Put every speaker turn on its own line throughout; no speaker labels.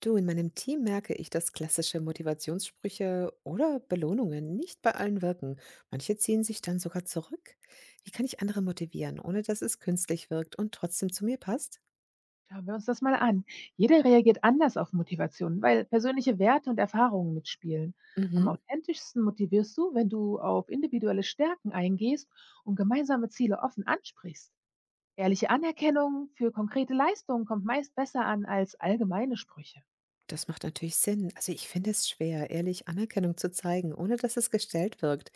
Du, in meinem Team merke ich, dass klassische Motivationssprüche oder Belohnungen nicht bei allen wirken. Manche ziehen sich dann sogar zurück. Wie kann ich andere motivieren, ohne dass es künstlich wirkt und trotzdem zu mir passt?
Schauen wir uns das mal an. Jeder reagiert anders auf Motivation, weil persönliche Werte und Erfahrungen mitspielen. Am
Mhm.
authentischsten motivierst du, wenn du auf individuelle Stärken eingehst und gemeinsame Ziele offen ansprichst. Ehrliche Anerkennung für konkrete Leistungen kommt meist besser an als allgemeine Sprüche.
Das macht natürlich Sinn. Also ich finde es schwer, ehrlich Anerkennung zu zeigen, ohne dass es gestellt wirkt.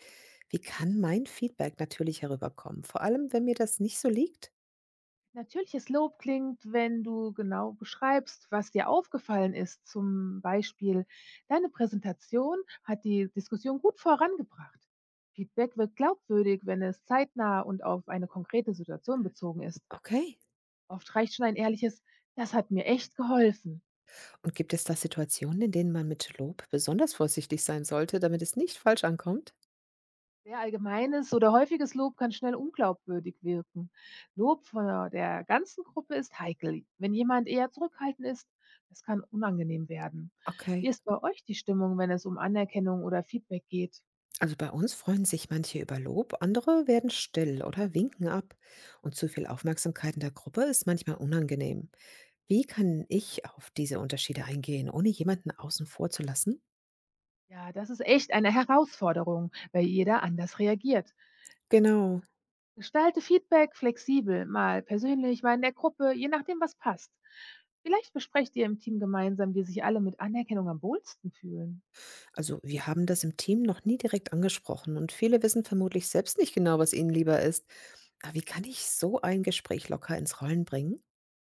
Wie kann mein Feedback natürlich herüberkommen? Vor allem, wenn mir das nicht so liegt.
Natürliches Lob klingt, wenn du genau beschreibst, was dir aufgefallen ist. Zum Beispiel, deine Präsentation hat die Diskussion gut vorangebracht. Feedback wird glaubwürdig, wenn es zeitnah und auf eine konkrete Situation bezogen ist.
Okay.
Oft reicht schon ein ehrliches, das hat mir echt geholfen.
Und gibt es da Situationen, in denen man mit Lob besonders vorsichtig sein sollte, damit es nicht falsch ankommt?
Sehr allgemeines oder häufiges Lob kann schnell unglaubwürdig wirken. Lob von der ganzen Gruppe ist heikel. Wenn jemand eher zurückhaltend ist, das kann unangenehm werden. Wie
Okay.
ist bei euch die Stimmung, wenn es um Anerkennung oder Feedback geht?
Also bei uns freuen sich manche über Lob, andere werden still oder winken ab. Und zu viel Aufmerksamkeit in der Gruppe ist manchmal unangenehm. Wie kann ich auf diese Unterschiede eingehen, ohne jemanden außen vor zu lassen?
Ja, das ist echt eine Herausforderung, weil jeder anders reagiert.
Genau.
Gestalte Feedback flexibel, mal persönlich, mal in der Gruppe, je nachdem, was passt. Vielleicht besprecht ihr im Team gemeinsam, wie sich alle mit Anerkennung am wohlsten fühlen.
Also wir haben das im Team noch nie direkt angesprochen und viele wissen vermutlich selbst nicht genau, was ihnen lieber ist. Aber wie kann ich so ein Gespräch locker ins Rollen bringen?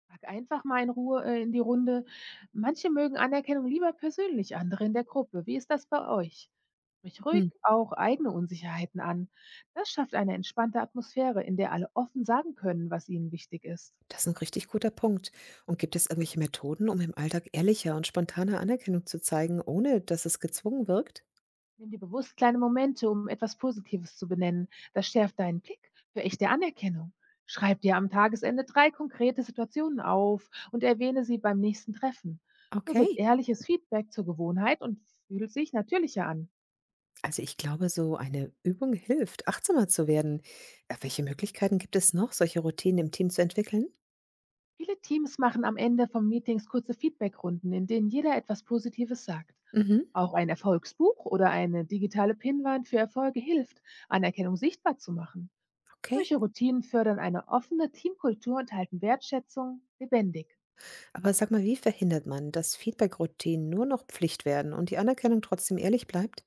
Frag einfach mal in Ruhe, in die Runde. Manche mögen Anerkennung lieber persönlich, andere in der Gruppe. Wie ist das bei euch? Sprich ruhig
Hm.
auch eigene Unsicherheiten an. Das schafft eine entspannte Atmosphäre, in der alle offen sagen können, was ihnen wichtig ist.
Das ist ein richtig guter Punkt. Und gibt es irgendwelche Methoden, um im Alltag ehrlicher und spontaner Anerkennung zu zeigen, ohne dass es gezwungen wirkt?
Nimm dir bewusst kleine Momente, um etwas Positives zu benennen. Das schärft deinen Blick für echte Anerkennung. Schreib dir am Tagesende drei konkrete Situationen auf und erwähne sie beim nächsten Treffen. So
Okay.
wird ehrliches Feedback zur Gewohnheit und fühlt sich natürlicher an.
Also ich glaube, so eine Übung hilft, achtsamer zu werden. Welche Möglichkeiten gibt es noch, solche Routinen im Team zu entwickeln?
Viele Teams machen am Ende von Meetings kurze Feedbackrunden, in denen jeder etwas Positives sagt.
Mhm,
Auch ein Erfolgsbuch oder eine digitale Pinnwand für Erfolge hilft, Anerkennung sichtbar zu machen.
okay.
Solche Routinen fördern eine offene Teamkultur und halten Wertschätzung lebendig.
Aber sag mal, wie verhindert man, dass Feedback-Routinen nur noch Pflicht werden und die Anerkennung trotzdem ehrlich bleibt?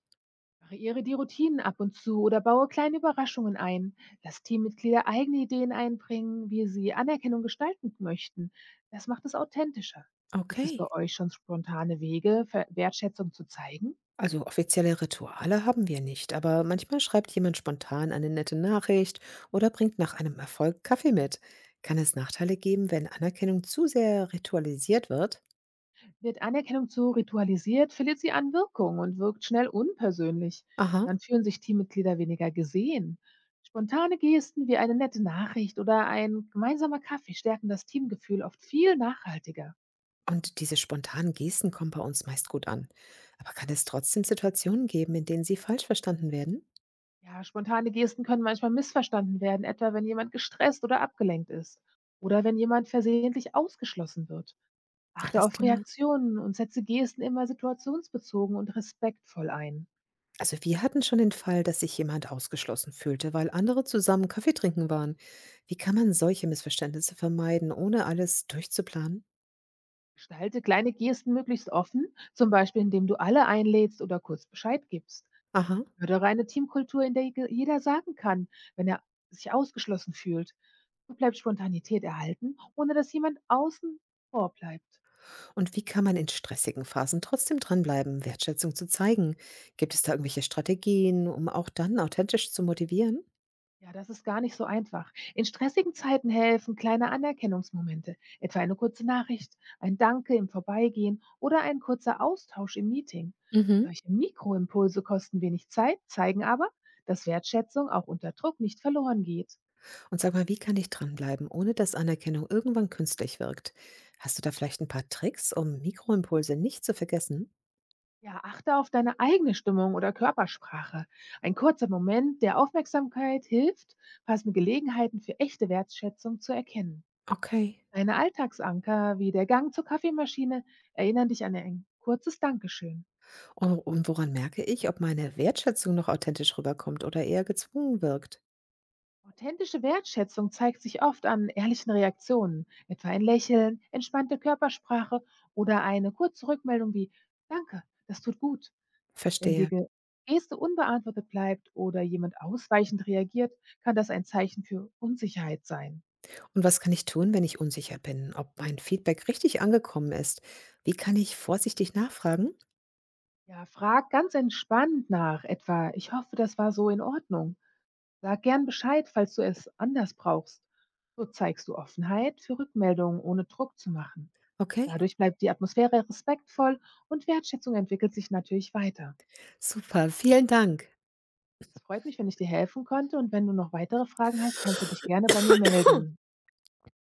Variiere die Routinen ab und zu oder baue kleine Überraschungen ein. Lass Teammitglieder eigene Ideen einbringen, wie sie Anerkennung gestalten möchten. Das macht es authentischer. Gibt es
Okay.
bei euch schon spontane Wege, Wertschätzung zu zeigen?
Also offizielle Rituale haben wir nicht, aber manchmal schreibt jemand spontan eine nette Nachricht oder bringt nach einem Erfolg Kaffee mit. Kann es Nachteile geben, wenn Anerkennung zu sehr ritualisiert wird?
Wird Anerkennung zu ritualisiert, verliert sie an Wirkung und wirkt schnell unpersönlich.
Aha.
Dann fühlen sich Teammitglieder weniger gesehen. Spontane Gesten wie eine nette Nachricht oder ein gemeinsamer Kaffee stärken das Teamgefühl oft viel nachhaltiger.
Und diese spontanen Gesten kommen bei uns meist gut an. Aber kann es trotzdem Situationen geben, in denen sie falsch verstanden werden?
Ja, spontane Gesten können manchmal missverstanden werden, etwa wenn jemand gestresst oder abgelenkt ist oder wenn jemand versehentlich ausgeschlossen wird. Achte
Alles
auf
klar.
Reaktionen und setze Gesten immer situationsbezogen und respektvoll ein.
Also wir hatten schon den Fall, dass sich jemand ausgeschlossen fühlte, weil andere zusammen Kaffee trinken waren. Wie kann man solche Missverständnisse vermeiden, ohne alles durchzuplanen?
Gestalte kleine Gesten möglichst offen, zum Beispiel indem du alle einlädst oder kurz Bescheid gibst.
Aha.
Fördere eine Teamkultur, in der jeder sagen kann, wenn er sich ausgeschlossen fühlt. So bleibt Spontanität erhalten, ohne dass jemand außen vor bleibt.
Und wie kann man in stressigen Phasen trotzdem dranbleiben, Wertschätzung zu zeigen? Gibt es da irgendwelche Strategien, um auch dann authentisch zu motivieren?
Ja, das ist gar nicht so einfach. In stressigen Zeiten helfen kleine Anerkennungsmomente, etwa eine kurze Nachricht, ein Danke im Vorbeigehen oder ein kurzer Austausch im Meeting.
Mhm.
Solche Mikroimpulse kosten wenig Zeit, zeigen aber, dass Wertschätzung auch unter Druck nicht verloren geht.
Und sag mal, wie kann ich dranbleiben, ohne dass Anerkennung irgendwann künstlich wirkt? Hast du da vielleicht ein paar Tricks, um Mikroimpulse nicht zu vergessen?
Ja, achte auf deine eigene Stimmung oder Körpersprache. Ein kurzer Moment der Aufmerksamkeit hilft, passende Gelegenheiten für echte Wertschätzung zu erkennen.
Okay.
Kleine Alltagsanker wie der Gang zur Kaffeemaschine erinnern dich an ein kurzes Dankeschön.
Und woran merke ich, ob meine Wertschätzung noch authentisch rüberkommt oder eher gezwungen wirkt?
Authentische Wertschätzung zeigt sich oft an ehrlichen Reaktionen, etwa ein Lächeln, entspannte Körpersprache oder eine kurze Rückmeldung wie Danke, das tut gut. Wenn die
Verstehe.
Geste unbeantwortet bleibt oder jemand ausweichend reagiert, kann das ein Zeichen für Unsicherheit sein.
Und was kann ich tun, wenn ich unsicher bin, ob mein Feedback richtig angekommen ist? Wie kann ich vorsichtig nachfragen?
Ja, frag ganz entspannt nach, etwa Ich hoffe, das war so in Ordnung. Sag gern Bescheid, falls du es anders brauchst. So zeigst du Offenheit für Rückmeldungen, ohne Druck zu machen.
Okay.
Dadurch bleibt die Atmosphäre respektvoll und Wertschätzung entwickelt sich natürlich weiter.
Super, vielen Dank.
Es freut mich, wenn ich dir helfen konnte und wenn du noch weitere Fragen hast, kannst du dich gerne bei mir melden.